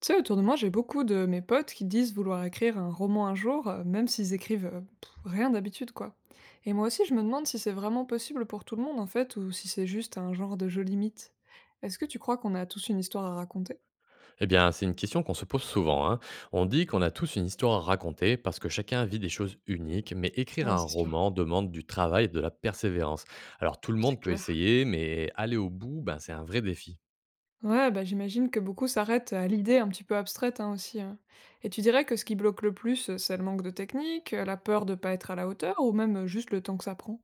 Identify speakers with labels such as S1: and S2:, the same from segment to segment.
S1: Tu sais, autour de moi, j'ai beaucoup de mes potes qui disent vouloir écrire un roman un jour, même s'ils écrivent rien d'habitude, quoi. Et moi aussi, je me demande si c'est vraiment possible pour tout le monde, en fait, ou si c'est juste un genre de joli mythe. Est-ce que tu crois qu'on a tous une histoire à raconter?
S2: Eh bien, c'est une question qu'on se pose souvent, hein. On dit qu'on a tous une histoire à raconter parce que chacun vit des choses uniques, mais écrire
S1: Ouais,
S2: un
S1: c'est sûr,
S2: roman demande du travail et de la persévérance. Alors tout le
S1: c'est
S2: monde peut
S1: clair.
S2: essayer, mais aller au bout, ben, c'est un vrai défi.
S1: Ouais, bah j'imagine que beaucoup s'arrêtent à l'idée un petit peu abstraite, hein, aussi, hein. Et tu dirais que ce qui bloque le plus, c'est le manque de technique, la peur de pas être à la hauteur, ou même juste le temps que ça prend?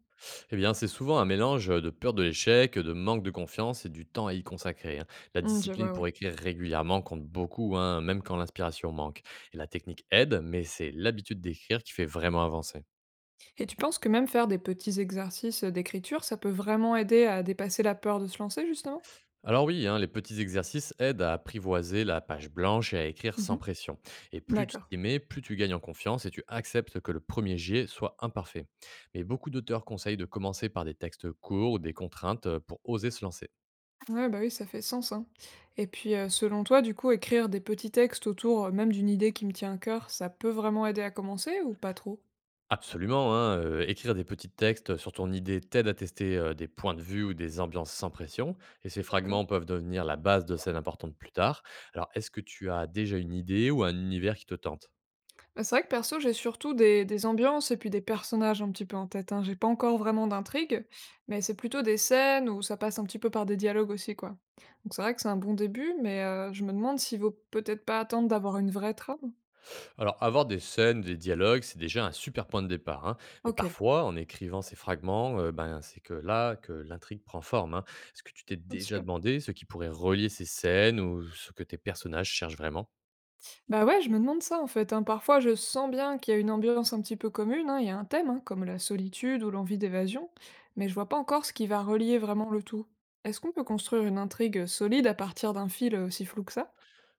S2: Eh bien, c'est souvent un mélange de peur de l'échec, de manque de confiance et du temps à y consacrer, hein. La
S1: Hmm, je
S2: discipline
S1: vois,
S2: pour
S1: ouais.
S2: écrire régulièrement compte beaucoup, hein, même quand l'inspiration manque. Et la technique aide, mais c'est l'habitude d'écrire qui fait vraiment avancer.
S1: Et tu penses que même faire des petits exercices d'écriture, ça peut vraiment aider à dépasser la peur de se lancer, justement?
S2: Alors oui, hein, les petits exercices aident à apprivoiser la page blanche et à écrire
S1: Mmh.
S2: sans pression. Et plus tu
S1: D'accord.
S2: t'y mets, plus tu gagnes en confiance et tu acceptes que le premier jet soit imparfait. Mais beaucoup d'auteurs conseillent de commencer par des textes courts ou des contraintes pour oser se lancer.
S1: Ouais, bah, oui, ça fait sens, hein. Et puis, selon toi, du coup, écrire des petits textes autour, même d'une idée qui me tient à cœur, ça peut vraiment aider à commencer ou pas trop?
S2: Absolument, hein, écrire des petits textes sur ton idée t'aide à tester des points de vue ou des ambiances sans pression, et ces
S1: D'accord.
S2: fragments peuvent devenir la base de scènes importantes plus tard. Alors, est-ce que tu as déjà une idée ou un univers qui te tente?
S1: Bah, c'est vrai que perso, j'ai surtout des ambiances et puis des personnages un petit peu en tête, hein. J'ai pas encore vraiment d'intrigue, mais c'est plutôt des scènes où ça passe un petit peu par des dialogues aussi, quoi. Donc c'est vrai que c'est un bon début, mais, je me demande s'il vaut peut-être pas attendre d'avoir une vraie trame?
S2: Alors, avoir des scènes, des dialogues, c'est déjà un super point de départ, hein. Mais
S1: OK.
S2: parfois, en écrivant ces fragments, ben, c'est que là que l'intrigue prend forme, hein. Est-ce que tu t'es
S1: Ah
S2: déjà
S1: super.
S2: demandé ce qui pourrait relier ces scènes ou ce que tes personnages cherchent vraiment?
S1: Bah ouais, je me demande ça en fait, hein. Parfois, je sens bien qu'il y a une ambiance un petit peu commune, hein, il y a un thème, hein, comme la solitude ou l'envie d'évasion, mais je vois pas encore ce qui va relier vraiment le tout. Est-ce qu'on peut construire une intrigue solide à partir d'un fil aussi flou que ça?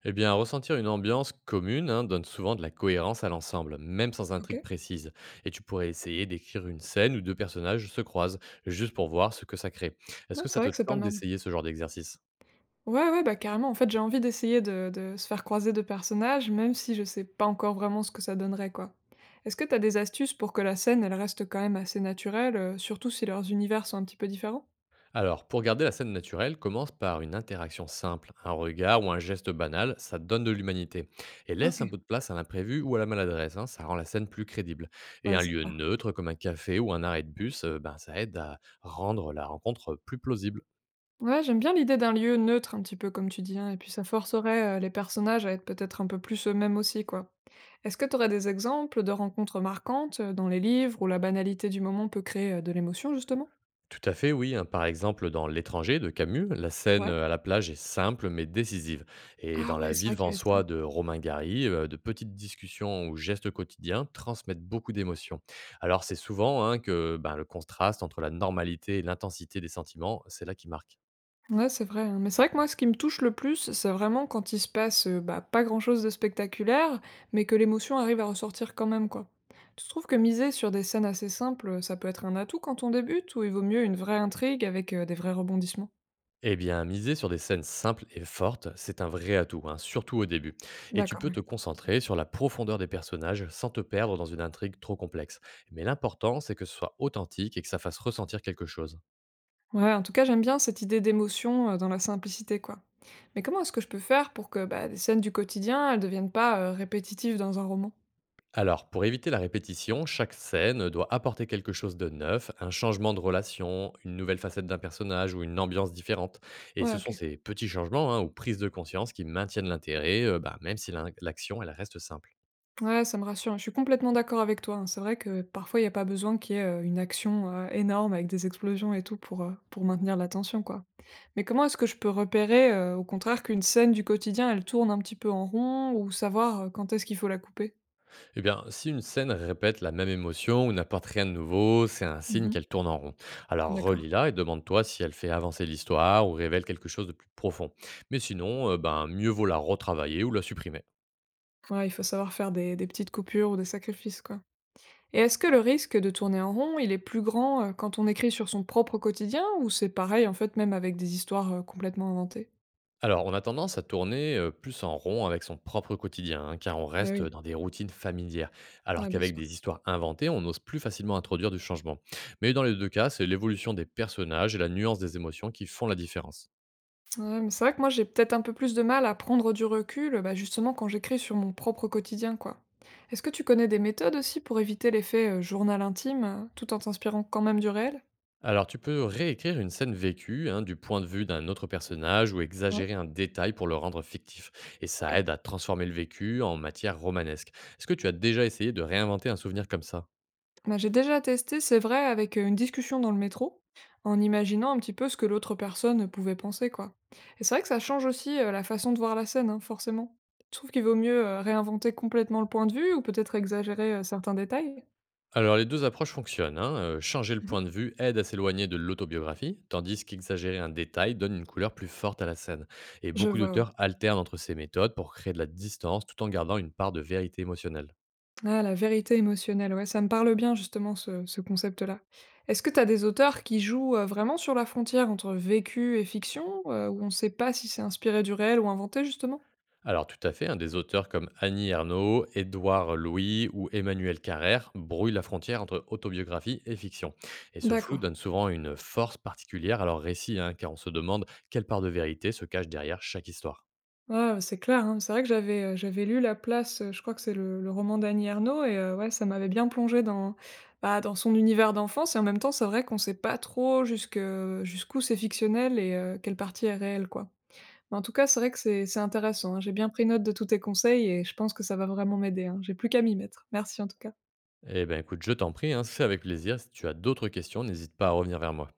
S2: Eh bien, ressentir une ambiance commune, hein, donne souvent de la cohérence à l'ensemble, même sans intrigue
S1: OK.
S2: précise. Et tu pourrais essayer d'écrire une scène où deux personnages se croisent, juste pour voir ce que ça crée. Est-ce
S1: Ouais,
S2: que
S1: c'est
S2: ça
S1: vrai
S2: te
S1: que c'est pas
S2: tente
S1: mal.
S2: d'essayer ce genre d'exercice?
S1: Ouais, ouais, bah carrément, en fait, j'ai envie d'essayer de se faire croiser deux personnages, même si je sais pas encore vraiment ce que ça donnerait, quoi. Est-ce que t'as des astuces pour que la scène, elle reste quand même assez naturelle, surtout si leurs univers sont un petit peu différents?
S2: Alors, pour garder la scène naturelle, commence par une interaction simple, un regard ou un geste banal, ça donne de l'humanité. Et
S1: OK.
S2: laisse un peu de place à l'imprévu ou à la maladresse, hein, ça rend la scène plus crédible. Et
S1: Ouais,
S2: un
S1: c'est
S2: lieu
S1: clair.
S2: neutre comme un café ou un arrêt de bus, ben, ça aide à rendre la rencontre plus plausible.
S1: Ouais, j'aime bien l'idée d'un lieu neutre, un petit peu comme tu dis, hein, et puis ça forcerait les personnages à être peut-être un peu plus eux-mêmes aussi, quoi. Est-ce que tu aurais des exemples de rencontres marquantes dans les livres où la banalité du moment peut créer de l'émotion, justement?
S2: Tout à fait, oui, hein. Par exemple, dans L'étranger de Camus, la scène
S1: Ouais.
S2: à la plage est simple mais décisive. Et
S1: Ah
S2: dans
S1: ouais,
S2: La
S1: c'est
S2: vie
S1: vrai qu'il y
S2: devant
S1: avait ça.
S2: soi de Romain Gary, de petites discussions ou gestes quotidiens transmettent beaucoup d'émotions. Alors c'est souvent, hein, que ben, le contraste entre la normalité et l'intensité des sentiments, c'est là qui marque.
S1: Ouais, c'est vrai, hein. Mais c'est vrai que moi, ce qui me touche le plus, c'est vraiment quand il se passe bah, pas grand-chose de spectaculaire, mais que l'émotion arrive à ressortir quand même, quoi. Tu trouves que miser sur des scènes assez simples, ça peut être un atout quand on débute, ou il vaut mieux une vraie intrigue avec des vrais rebondissements?
S2: Eh bien, miser sur des scènes simples et fortes, c'est un vrai atout, hein, surtout au début. Et tu
S1: D'accord.
S2: peux te concentrer sur la profondeur des personnages sans te perdre dans une intrigue trop complexe. Mais l'important, c'est que ce soit authentique et que ça fasse ressentir quelque chose.
S1: Ouais, en tout cas, j'aime bien cette idée d'émotion, dans la simplicité, quoi. Mais comment est-ce que je peux faire pour que, bah, des scènes du quotidien, elles deviennent pas, répétitives dans un roman?
S2: Alors, pour éviter la répétition, chaque scène doit apporter quelque chose de neuf, un changement de relation, une nouvelle facette d'un personnage ou une ambiance différente. Et
S1: Ouais,
S2: ce sont
S1: OK.
S2: ces petits changements, hein, ou prises de conscience qui maintiennent l'intérêt, même si l'action elle reste simple.
S1: Ouais, ça me rassure, hein. Je suis complètement d'accord avec toi, hein. C'est vrai que parfois, il n'y a pas besoin qu'il y ait, une action, énorme avec des explosions et tout pour maintenir l'attention, quoi. Mais comment est-ce que je peux repérer, au contraire qu'une scène du quotidien, elle tourne un petit peu en rond ou savoir, quand est-ce qu'il faut la couper?
S2: Eh bien, si une scène répète la même émotion ou n'apporte rien de nouveau, c'est un signe
S1: Mmh.
S2: qu'elle tourne en rond. Alors
S1: D'accord.
S2: relis-la et demande-toi si elle fait avancer l'histoire ou révèle quelque chose de plus profond. Mais sinon, ben, mieux vaut la retravailler ou la supprimer.
S1: Ouais, il faut savoir faire des petites coupures ou des sacrifices, quoi. Et est-ce que le risque de tourner en rond, il est plus grand, quand on écrit sur son propre quotidien ou c'est pareil, en fait, même avec des histoires, complètement inventées?
S2: Alors, on a tendance à tourner plus en rond avec son propre quotidien, hein, car on
S1: Eh
S2: reste
S1: oui,
S2: dans des routines familières,
S1: ouais,
S2: alors
S1: bien
S2: qu'avec
S1: sûr.
S2: des histoires inventées, on ose plus facilement introduire du changement. Mais dans les deux cas, c'est l'évolution des personnages et la nuance des émotions qui font la différence.
S1: Ouais, mais c'est vrai que moi, j'ai peut-être un peu plus de mal à prendre du recul, bah, justement quand j'écris sur mon propre quotidien, quoi. Est-ce que tu connais des méthodes aussi pour éviter l'effet, journal intime, tout en t'inspirant quand même du réel?
S2: Alors, tu peux réécrire une scène vécue, hein, du point de vue d'un autre personnage ou
S1: Ouais.
S2: exagérer un détail pour le rendre fictif. Et ça aide à transformer le vécu en matière romanesque. Est-ce que tu as déjà essayé de réinventer un souvenir comme ça?
S1: Bah, j'ai déjà testé, c'est vrai, avec une discussion dans le métro, en imaginant un petit peu ce que l'autre personne pouvait penser, quoi. Et c'est vrai que ça change aussi la façon de voir la scène, hein, forcément. Tu trouves qu'il vaut mieux réinventer complètement le point de vue ou peut-être exagérer certains détails?
S2: Alors les 2 approches fonctionnent, hein, changer le
S1: Mhm.
S2: point de vue aide à s'éloigner de l'autobiographie, tandis qu'exagérer un détail donne une couleur plus forte à la scène et
S1: Je
S2: beaucoup
S1: vois, oui.
S2: d'auteurs alternent entre ces méthodes pour créer de la distance tout en gardant une part de vérité émotionnelle.
S1: Ah, la vérité émotionnelle, ouais, ça me parle bien justement ce, ce concept-là. Est-ce que t'as des auteurs qui jouent vraiment sur la frontière entre vécu et fiction, où on ne sait pas si c'est inspiré du réel ou inventé justement?
S2: Alors tout à fait, hein, des auteurs comme Annie Ernaux, Édouard Louis ou Emmanuel Carrère brouillent la frontière entre autobiographie et fiction et ce flou
S1: D'accord.
S2: donne souvent une force particulière à leurs récits, hein, car on se demande quelle part de vérité se cache derrière chaque histoire.
S1: Ouais, ouais, c'est clair, hein. C'est vrai que j'avais, j'avais lu La Place, je crois que c'est le roman d'Annie Ernaux et ouais, ça m'avait bien plongé dans, bah, dans son univers d'enfance et en même temps, c'est vrai qu'on sait pas trop jusque jusqu'où c'est fictionnel et quelle partie est réelle, quoi. Mais en tout cas, c'est vrai que c'est intéressant, hein. J'ai bien pris note de tous tes conseils et je pense que ça va vraiment m'aider, hein. J'ai plus qu'à m'y mettre. Merci en tout cas.
S2: Eh ben écoute, je t'en prie, hein, c'est avec plaisir. Si tu as d'autres questions, n'hésite pas à revenir vers moi.